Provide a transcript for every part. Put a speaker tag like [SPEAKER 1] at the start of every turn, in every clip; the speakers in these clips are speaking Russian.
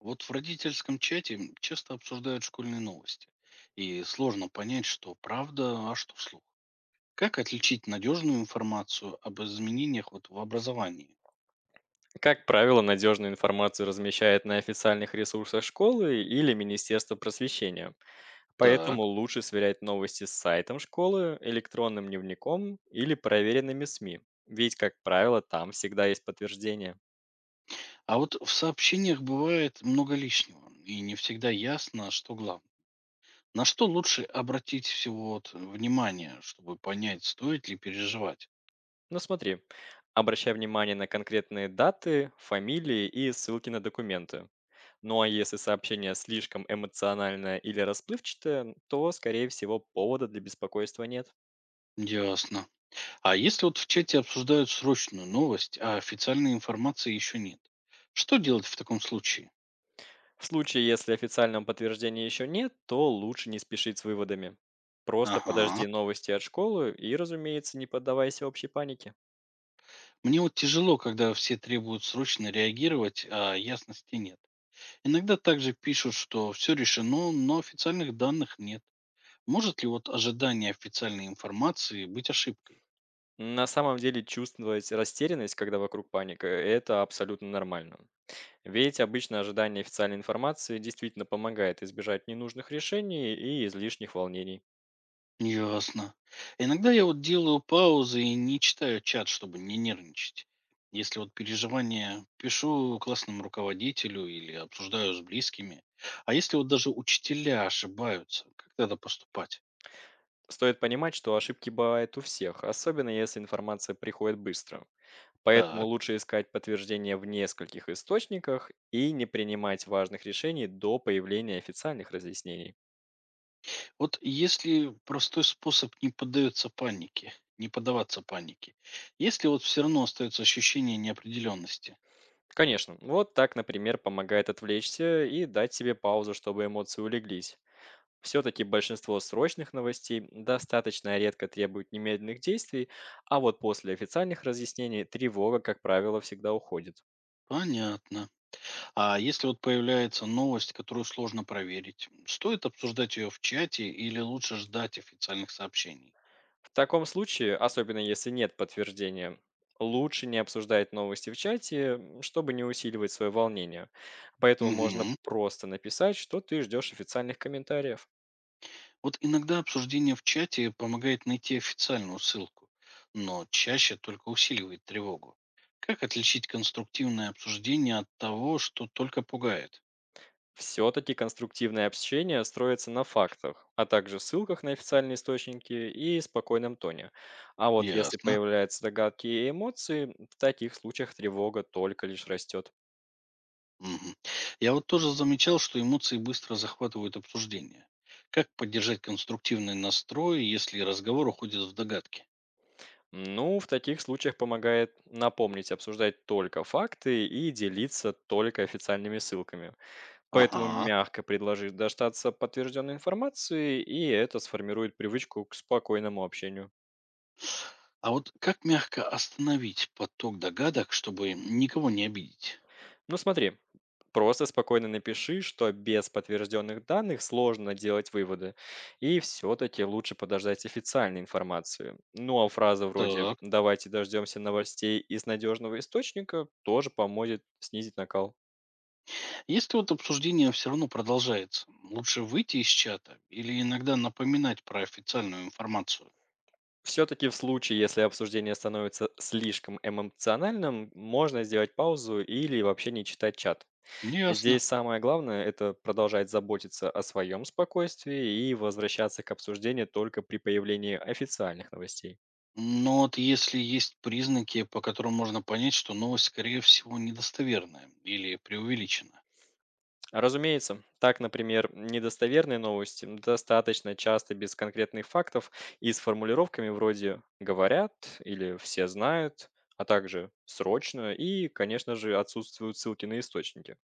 [SPEAKER 1] Вот в родительском чате часто обсуждают школьные новости. И сложно понять, что правда, а что вслух. Как отличить надежную информацию об изменениях вот в образовании?
[SPEAKER 2] Как правило, надежную информацию размещают на официальных ресурсах школы или Министерства просвещения. Поэтому
[SPEAKER 1] Так,
[SPEAKER 2] лучше сверять новости с сайтом школы, электронным дневником или проверенными СМИ. Ведь, как правило, там всегда есть подтверждение.
[SPEAKER 1] а вот в сообщениях бывает много лишнего, и не всегда ясно, что главное. На что лучше обратить всего вот внимание, чтобы понять, стоит ли переживать?
[SPEAKER 2] Но смотри, обращай внимание на конкретные даты, фамилии и ссылки на документы. Ну а если сообщение слишком эмоциональное или расплывчатое, то, скорее всего, повода для беспокойства нет.
[SPEAKER 1] Ясно. А если вот в чате обсуждают срочную новость, а официальной информации еще нет, что делать в таком случае?
[SPEAKER 2] В случае, если официального подтверждения еще нет, то лучше не спешить с выводами. Просто подожди
[SPEAKER 1] Ага.
[SPEAKER 2] новости от школы и, разумеется, не поддавайся общей панике.
[SPEAKER 1] Мне вот тяжело, когда все требуют срочно реагировать, а ясности нет. Иногда также пишут, что все решено, но официальных данных нет. Может ли вот ожидание официальной информации быть ошибкой?
[SPEAKER 2] На самом деле чувствовать растерянность, когда вокруг паника, это абсолютно нормально. Ведь обычно ожидание официальной информации действительно помогает избежать ненужных решений и излишних волнений.
[SPEAKER 1] Ясно. Иногда я вот делаю паузы и не читаю чат, чтобы не нервничать. Если вот переживания пишу классному руководителю или обсуждаю с близкими. А если вот даже учителя ошибаются, как тогда поступать?
[SPEAKER 2] Стоит понимать, что ошибки бывают у всех, особенно если информация приходит быстро. Поэтому
[SPEAKER 1] Так.
[SPEAKER 2] лучше искать подтверждение в нескольких источниках и не принимать важных решений до появления официальных разъяснений.
[SPEAKER 1] Вот если простой способ не поддается панике, не поддаваться панике, если вот все равно остается ощущение неопределенности,
[SPEAKER 2] Конечно, вот так, например, помогает отвлечься и дать себе паузу, чтобы эмоции улеглись. Все-таки большинство срочных новостей достаточно редко требуют немедленных действий, а вот после официальных разъяснений тревога, как правило, всегда уходит.
[SPEAKER 1] понятно. А если вот появляется новость, которую сложно проверить, стоит обсуждать ее в чате или лучше ждать официальных сообщений?
[SPEAKER 2] В таком случае, особенно если нет подтверждения, лучше не обсуждать новости в чате, чтобы не усиливать свое волнение. Поэтому можно
[SPEAKER 1] Мгм.
[SPEAKER 2] просто написать, что ты ждешь официальных комментариев.
[SPEAKER 1] Вот иногда обсуждение в чате помогает найти официальную ссылку, но чаще только усиливает тревогу. Как отличить конструктивное обсуждение от того, что только пугает?
[SPEAKER 2] Все-таки конструктивное общение строится на фактах, а также ссылках на официальные источники и спокойном тоне. А вот если
[SPEAKER 1] Ясно.
[SPEAKER 2] появляются догадки и эмоции, в таких случаях тревога только лишь растет.
[SPEAKER 1] Мгм. Я вот тоже замечал, что эмоции быстро захватывают обсуждение. Как поддержать конструктивный настрой, если разговор уходит в догадки?
[SPEAKER 2] Ну, в таких случаях помогает напомнить обсуждать только факты и делиться только официальными ссылками. Поэтому
[SPEAKER 1] Ага.
[SPEAKER 2] мягко предложи дождаться подтвержденной информации, и это сформирует привычку к спокойному общению.
[SPEAKER 1] А вот как мягко остановить поток догадок, чтобы никого не обидеть?
[SPEAKER 2] Ну смотри, просто спокойно напиши, что без подтвержденных данных сложно делать выводы, и все-таки лучше подождать официальной информации. Ну а фраза вроде
[SPEAKER 1] Так.
[SPEAKER 2] «давайте дождемся новостей из надежного источника» тоже поможет снизить накал.
[SPEAKER 1] Если вот обсуждение все равно продолжается, лучше выйти из чата или иногда напоминать про официальную информацию?
[SPEAKER 2] Все-таки в случае, если обсуждение становится слишком эмоциональным, можно сделать паузу или вообще не читать чат.
[SPEAKER 1] Ясно.
[SPEAKER 2] Здесь самое главное– это продолжать заботиться о своем спокойствии и возвращаться к обсуждению только при появлении официальных новостей.
[SPEAKER 1] Но вот если есть признаки, по которым можно понять, что новость, скорее всего, недостоверная или преувеличена.
[SPEAKER 2] А разумеется, так, например, недостоверные новости достаточно часто без конкретных фактов и с формулировками вроде «говорят» или «все знают», а также «срочно» и, конечно же, отсутствуют ссылки на источники.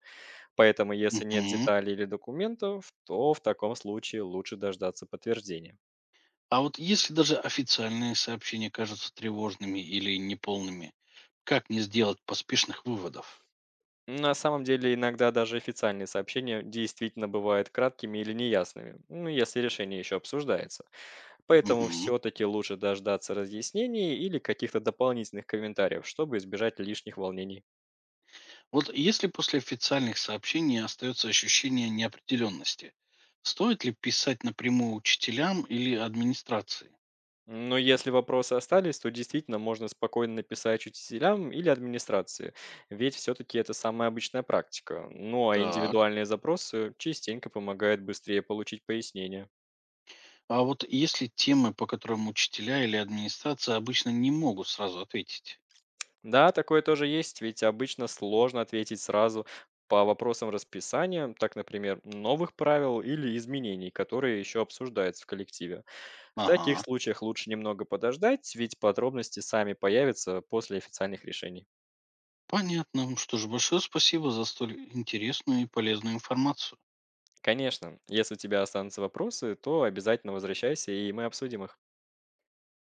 [SPEAKER 2] Поэтому, если нет
[SPEAKER 1] Мгм.
[SPEAKER 2] деталей или документов, то в таком случае лучше дождаться подтверждения.
[SPEAKER 1] А вот если даже официальные сообщения кажутся тревожными или неполными, как не сделать поспешных выводов?
[SPEAKER 2] На самом деле, иногда даже официальные сообщения действительно бывают краткими или неясными, ну, если решение еще обсуждается. Поэтому
[SPEAKER 1] Мгм.
[SPEAKER 2] все-таки лучше дождаться разъяснений или каких-то дополнительных комментариев, чтобы избежать лишних волнений.
[SPEAKER 1] Вот если после официальных сообщений остается ощущение неопределенности, стоит ли писать напрямую учителям или администрации?
[SPEAKER 2] Но если вопросы остались, то действительно можно спокойно написать учителям или администрации, ведь все-таки это самая обычная практика. Ну а
[SPEAKER 1] Так.
[SPEAKER 2] индивидуальные запросы частенько помогают быстрее получить пояснение.
[SPEAKER 1] А вот если темы, по которым учителя или администрация обычно не могут сразу ответить?
[SPEAKER 2] Да, такое тоже есть, ведь обычно сложно ответить сразу по вопросам расписания, так, например, новых правил или изменений, которые еще обсуждаются в коллективе. В таких
[SPEAKER 1] Ага.
[SPEAKER 2] случаях лучше немного подождать, ведь подробности сами появятся после официальных решений.
[SPEAKER 1] Понятно. Что ж, большое спасибо за столь интересную и полезную информацию.
[SPEAKER 2] Конечно, если у тебя останутся вопросы, то обязательно возвращайся, и мы обсудим их.